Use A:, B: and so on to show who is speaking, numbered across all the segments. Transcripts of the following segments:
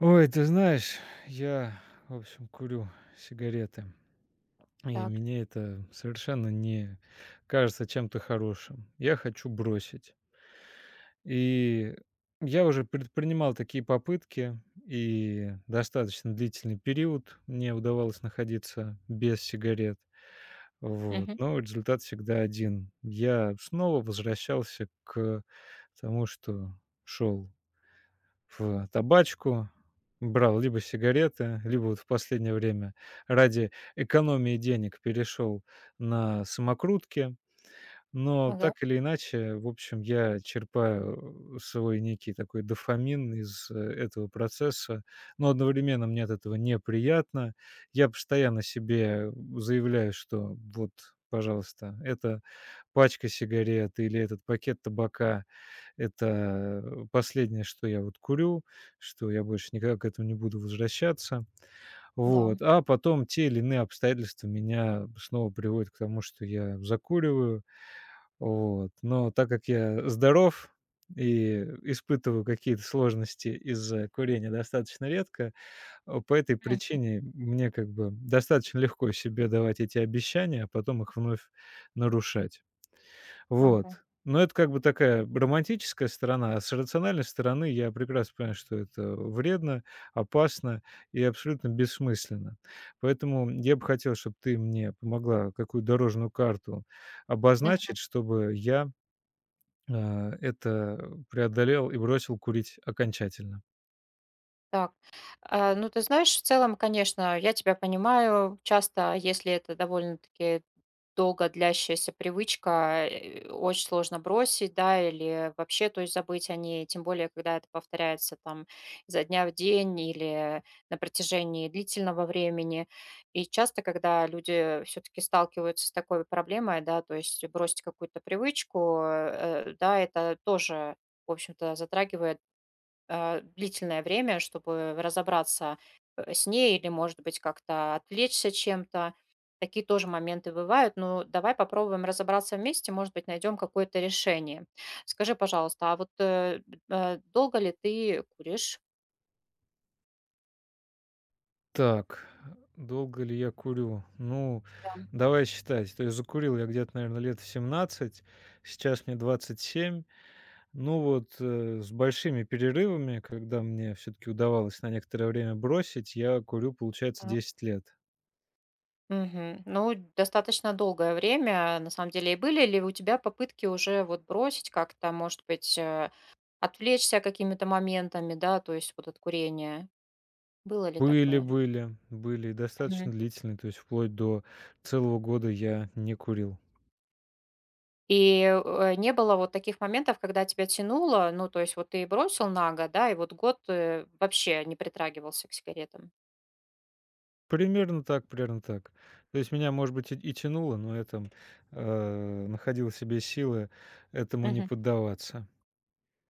A: Ой, ты знаешь, я, в общем, курю сигареты, и
B: Так.
A: мне это совершенно не кажется чем-то хорошим. Я хочу бросить. И я уже предпринимал такие попытки, и достаточно длительный период мне удавалось находиться без сигарет. Вот.
B: Мгм.
A: Но результат всегда один. Я снова возвращался к тому, что шел в табачку, брал либо сигареты, либо вот в последнее время ради экономии денег перешел на самокрутки. Но
B: Ага.
A: так или иначе, в общем, я черпаю свой некий такой дофамин из этого процесса, но одновременно мне от этого неприятно. Я постоянно себе заявляю, что вот, пожалуйста, это пачка сигарет или этот пакет табака — это, последнее, что я вот курю, что я больше никогда к этому не буду возвращаться.
B: Да.
A: Вот. А потом те или иные обстоятельства меня снова приводят к тому, что я закуриваю. Вот. Но так как я здоров и испытываю какие-то сложности из-за курения достаточно редко, по этой
B: Мгм.
A: причине мне как бы достаточно легко себе давать эти обещания, а потом их вновь нарушать.
B: Ага.
A: Вот. Но это как бы такая романтическая сторона, а с рациональной стороны я прекрасно понимаю, что это вредно, опасно и абсолютно бессмысленно. Поэтому я бы хотел, чтобы ты мне помогла какую дорожную карту обозначить, чтобы я, это преодолел и бросил курить окончательно.
B: Так, ну ты знаешь, в целом, конечно, я тебя понимаю. Часто, если это довольно-таки долго длящаяся привычка, очень сложно бросить, да, или вообще, то есть забыть о ней, тем более, когда это повторяется там изо дня в день или на протяжении длительного времени. И часто, когда люди все-таки сталкиваются с такой проблемой, да, то есть бросить какую-то привычку, да, это тоже, в общем-то, затрагивает длительное время, чтобы разобраться, с ней или, может быть, как-то отвлечься чем-то. Такие тоже моменты бывают, но давай попробуем разобраться вместе, может быть, найдем какое-то решение. Скажи, пожалуйста, а вот, долго ли ты куришь?
A: Так, долго ли я курю? Ну,
B: Да,
A: давай считать. То есть закурил я где-то, наверное, лет в 17, сейчас мне 27. Ну вот, с большими перерывами, когда мне все таки удавалось на некоторое время бросить, я курю, получается,
B: так.
A: 10 лет.
B: Мгм. Ну, достаточно долгое время, на самом деле. И были ли у тебя попытки уже вот бросить как-то, может быть, отвлечься какими-то моментами, да, то есть вот от курения? Было ли
A: Были
B: такое?
A: были были и достаточно длительные, то есть вплоть до целого года я не курил.
B: И, не было вот таких моментов, когда тебя тянуло, ну, то есть вот ты бросил на год, да, и вот год, вообще не притрагивался к сигаретам.
A: Примерно так примерно так. То есть меня, может быть, и тянуло, но я там, находил в себе силы этому не
B: Мгм.
A: поддаваться.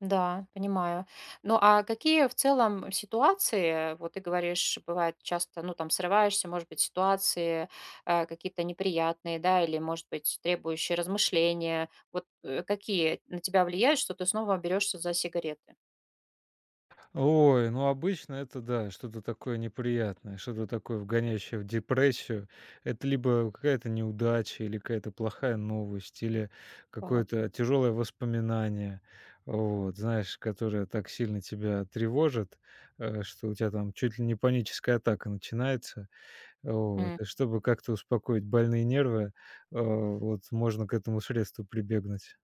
B: Да, понимаю. Ну, а какие в целом ситуации, вот ты говоришь, бывает часто, ну, там срываешься, может быть, ситуации, какие-то неприятные, да, или, может быть, требующие размышления. Вот, какие на тебя влияют, что ты снова берешься за сигареты?
A: Ой, ну обычно это да, что-то такое неприятное, что-то такое вгоняющее в депрессию. Это либо какая-то неудача, или какая-то плохая новость, или
B: Так.
A: какое-то тяжелое воспоминание, вот, знаешь, которое так сильно тебя тревожит, что у тебя там чуть ли не паническая атака начинается. Вот. И чтобы как-то успокоить больные нервы, вот можно к этому средству прибегнуть.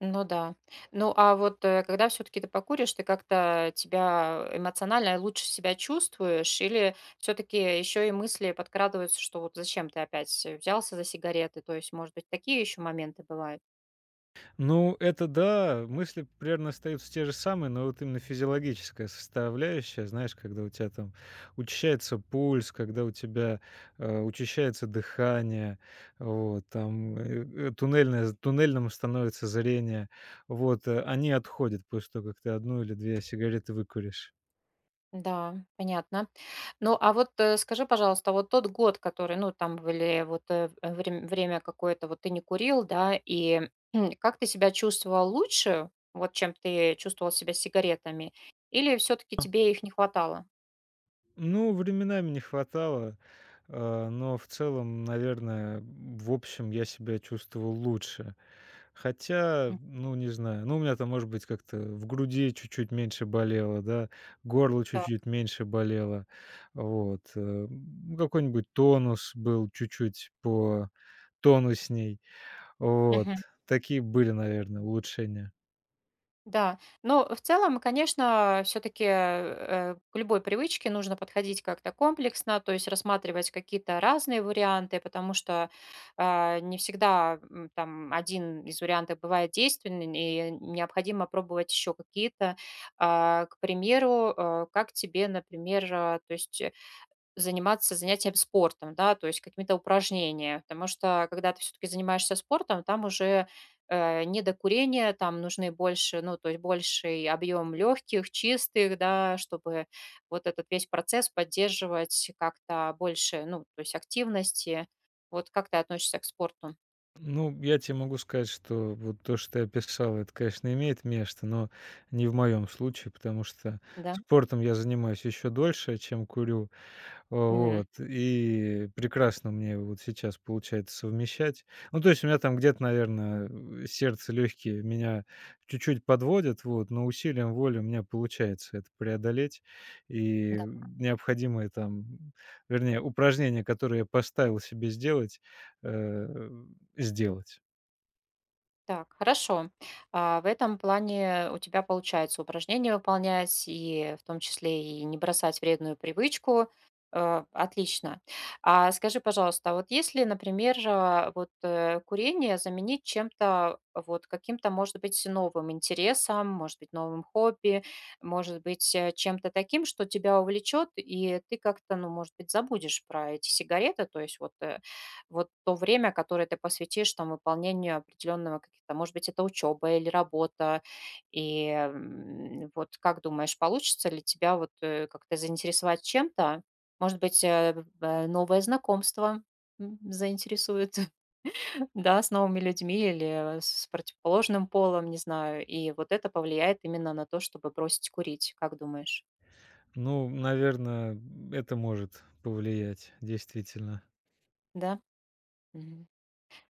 B: Ну да. Ну, а вот, когда все таки ты покуришь, ты как-то тебя эмоционально лучше себя чувствуешь или все таки еще и мысли подкрадываются, что вот зачем ты опять, взялся за сигареты? То есть, может быть, такие еще моменты бывают?
A: Ну, это да, мысли примерно остаются те же самые, но вот именно физиологическая составляющая, знаешь, когда у тебя там учащается пульс, когда у тебя учащается дыхание, вот, там туннельным становится зрение, вот, они отходят после того, как ты одну или две сигареты выкуришь.
B: Да, понятно. Ну, а вот, скажи, пожалуйста, вот тот год, который, ну, там, или вот, время какое-то вот ты не курил, да, и как ты себя чувствовал лучше, вот чем ты чувствовал себя с сигаретами, или все таки тебе их не хватало?
A: Ну, временами не хватало, но в целом, наверное, в общем, я себя чувствовал лучше. Хотя, ну, не знаю, ну, у меня там, может быть, как-то в груди чуть-чуть меньше болело, да, горло
B: Так.
A: чуть-чуть меньше болело, вот. Какой-нибудь тонус был чуть-чуть по тонусней, вот.
B: Мгм.
A: Такие были, наверное, улучшения.
B: Да. Но в целом, конечно, все-таки к любой привычке нужно подходить как-то комплексно, то есть рассматривать какие-то разные варианты, потому что не всегда там один из вариантов бывает действенный, и необходимо пробовать еще какие-то. К примеру, как тебе, например, то есть заниматься занятием спортом, да, то есть какими-то упражнениями. Потому что, когда ты все-таки занимаешься спортом, там уже не до курения, там нужны больше, ну, то есть больший объем легких, чистых, да, чтобы вот этот весь процесс поддерживать как-то больше, ну, то есть активности. Вот как ты относишься к спорту,
A: Ну, я тебе могу сказать, что вот то, что ты описала, это, конечно, имеет место, но не в моем случае, потому что
B: да?
A: спортом я занимаюсь еще дольше, чем курю.
B: М,
A: Вот, и прекрасно мне вот сейчас получается совмещать. Ну, то есть у меня там где-то, наверное, сердце, легкие меня чуть-чуть подводят, вот, но усилием воли у меня получается это преодолеть. И необходимые там, вернее, упражнения, которые я поставил себе э, сделать.
B: Так, хорошо. В этом плане у тебя получается упражнения выполнять, и в том числе и не бросать вредную привычку. Отлично. А скажи, пожалуйста, а вот если, например, вот, курение заменить чем-то, вот каким-то, может быть, новым интересом, может быть, новым хобби, может быть, чем-то таким, что тебя увлечет, и ты как-то, ну, может быть, забудешь про эти сигареты, то есть вот вот то время, которое ты посвятишь там выполнению определенного каких-то, может быть, это учеба или работа. И вот как думаешь, получится ли тебя вот как-то заинтересовать чем-то? Может быть, новое знакомство заинтересует, да, с новыми людьми или с противоположным полом, не знаю. И вот это повлияет именно на то, чтобы бросить курить, как думаешь?
A: Ну, наверное, это может повлиять, действительно.
B: Да?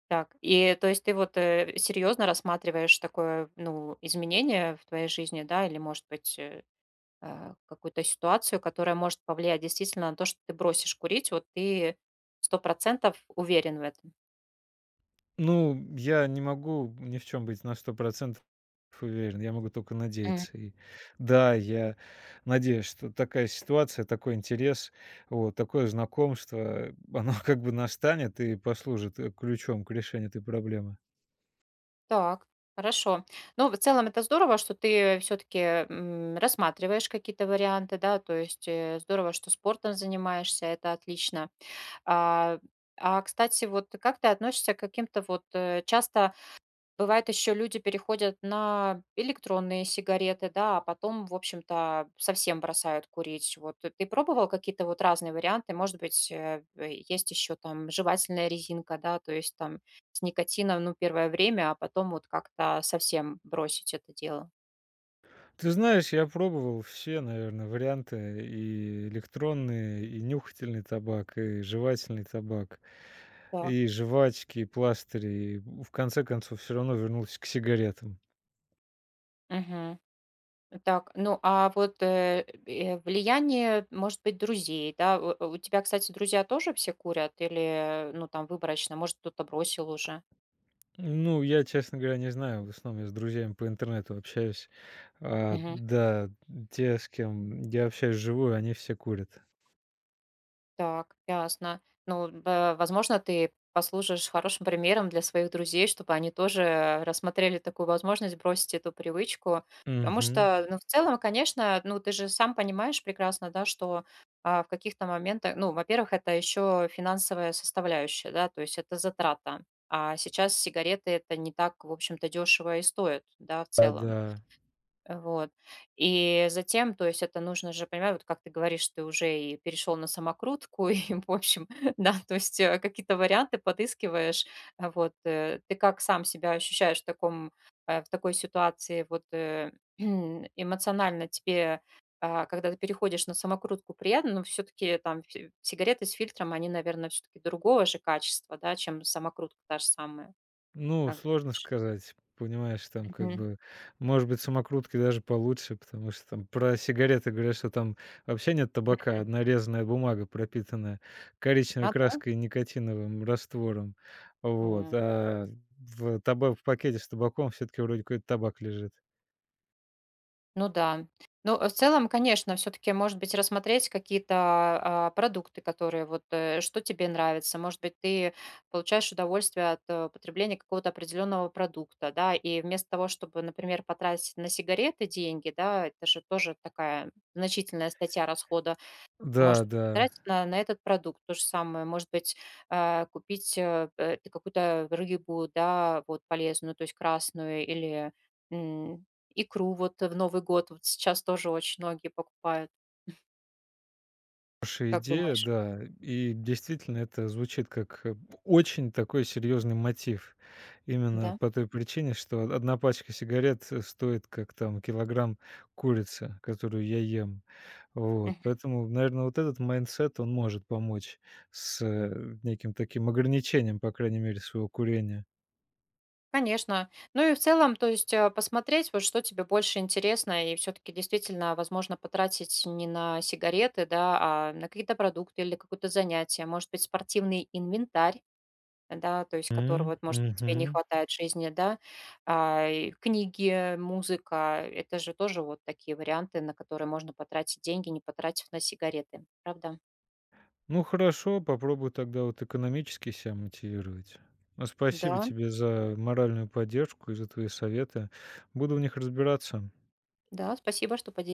B: Так, и то есть ты вот, серьезно рассматриваешь такое, ну, изменение в твоей жизни, да, или, может быть, какую-то ситуацию, которая может повлиять действительно на то, что ты бросишь курить. Вот ты сто процентов уверен в этом.
A: Ну, я не могу ни в чем быть на 100% уверен. Я могу только
B: М,
A: надеяться. И да, я надеюсь, что такая ситуация, такой интерес, вот, такое знакомство, оно как бы настанет и послужит, ключом к решению этой проблемы.
B: так, хорошо. Ну, в целом это здорово, что ты все-таки, рассматриваешь какие-то варианты, да, то есть, здорово, что спортом занимаешься, это отлично. А, Кстати, вот как ты относишься к каким-то вот, часто бывает, еще люди переходят на электронные сигареты, да, а потом, в общем-то, совсем бросают курить. Вот ты пробовал какие-то вот разные варианты? Может быть, есть еще там жевательная резинка, да, то есть там с никотином, ну, первое время, а потом вот как-то совсем бросить это дело.
A: Ты знаешь, я пробовал все, наверное, варианты: и электронный, и нюхательный табак, и жевательный табак,
B: Так.
A: и жвачки, и пластыри. И в конце концов все равно вернулся к сигаретам.
B: Мгм. Так, ну а вот влияние, может быть, друзей, да? У тебя, кстати, друзья тоже все курят или, ну, там, выборочно, может, кто-то бросил уже?
A: Ну, я, честно говоря, не знаю. В основном я с друзьями по интернету общаюсь. А,
B: Мгм.
A: да, те, с кем я общаюсь вживую, они все курят.
B: Так, ясно. Ну, б возможно, ты послужишь хорошим примером для своих друзей, чтобы они тоже рассмотрели такую возможность бросить эту привычку. Потому
A: Мгм.
B: что, ну, в целом, конечно, ну, ты же сам понимаешь прекрасно, да, что в каких-то моментах, ну, во-первых, это еще финансовая составляющая, да, то есть это затрата. А сейчас сигареты это не так, в общем-то, дешево и стоит, да, в
A: А,
B: целом.
A: да.
B: Вот. И затем, то есть это нужно же, понимаю, вот как ты говоришь, ты уже и перешел на самокрутку, и, в общем, да, то есть какие-то варианты подыскиваешь. Вот. Ты как сам себя ощущаешь в, таком, в такой ситуации? Вот эмоционально тебе, когда ты переходишь на самокрутку, приятно, но все-таки там сигареты с фильтром, они, наверное, все-таки другого же качества, да, чем самокрутка та же самая,
A: Ну,
B: как
A: сложно
B: думаешь?
A: сказать. Понимаешь, там как
B: Мгм.
A: бы, может быть, самокрутки даже получше, потому что там про сигареты говорят, что там вообще нет табака,
B: Мгм.
A: одна резаная бумага, пропитанная коричневой
B: А,
A: краской и никотиновым раствором. Вот.
B: да?
A: А в пакете с табаком все-таки вроде какой-то табак лежит.
B: Ну да. Ну, в целом, конечно, все-таки, может быть, рассмотреть какие-то продукты, которые вот, что тебе нравится. Может быть, ты получаешь удовольствие от потребления какого-то определенного продукта, да, и вместо того, чтобы, например, потратить на сигареты деньги, да, это же тоже такая значительная статья расхода может
A: Да, да.
B: потратить на этот продукт. То же самое, может быть, купить, какую-то рыбу, да, вот полезную, то есть красную, или, м, икру вот в Новый год. Вот сейчас тоже очень многие покупают.
A: Хорошая
B: Как
A: идея,
B: думаешь?
A: да. И действительно, это звучит как, очень такой серьезный мотив. Именно
B: Да?
A: по той причине, что од 1 пачка сигарет, стоит как там килограмм курицы, которую я ем. Вот.
B: Мгм.
A: Поэтому, наверное, вот этот майндсет, он может помочь с, неким таким ограничением, по крайней мере, своего курения.
B: Конечно. Ну и в целом, то есть, посмотреть, вот что тебе больше интересно, и все таки действительно, возможно, потратить не на сигареты, да, а на какие-то продукты или какое-то занятие. Может быть, спортивный инвентарь. Да, то есть которого,
A: М,
B: вот, может, тебе не
A: мгм.
B: хватает в жизни, да. А, и книги, музыка — это же тоже вот такие варианты, на которые можно потратить деньги, не потратив на сигареты. Правда?
A: Ну хорошо, попробую тогда вот экономически себя мотивировать. Ну, спасибо
B: Да,
A: тебе за моральную поддержку и за твои советы. Буду в них разбираться.
B: да, спасибо, что поделились.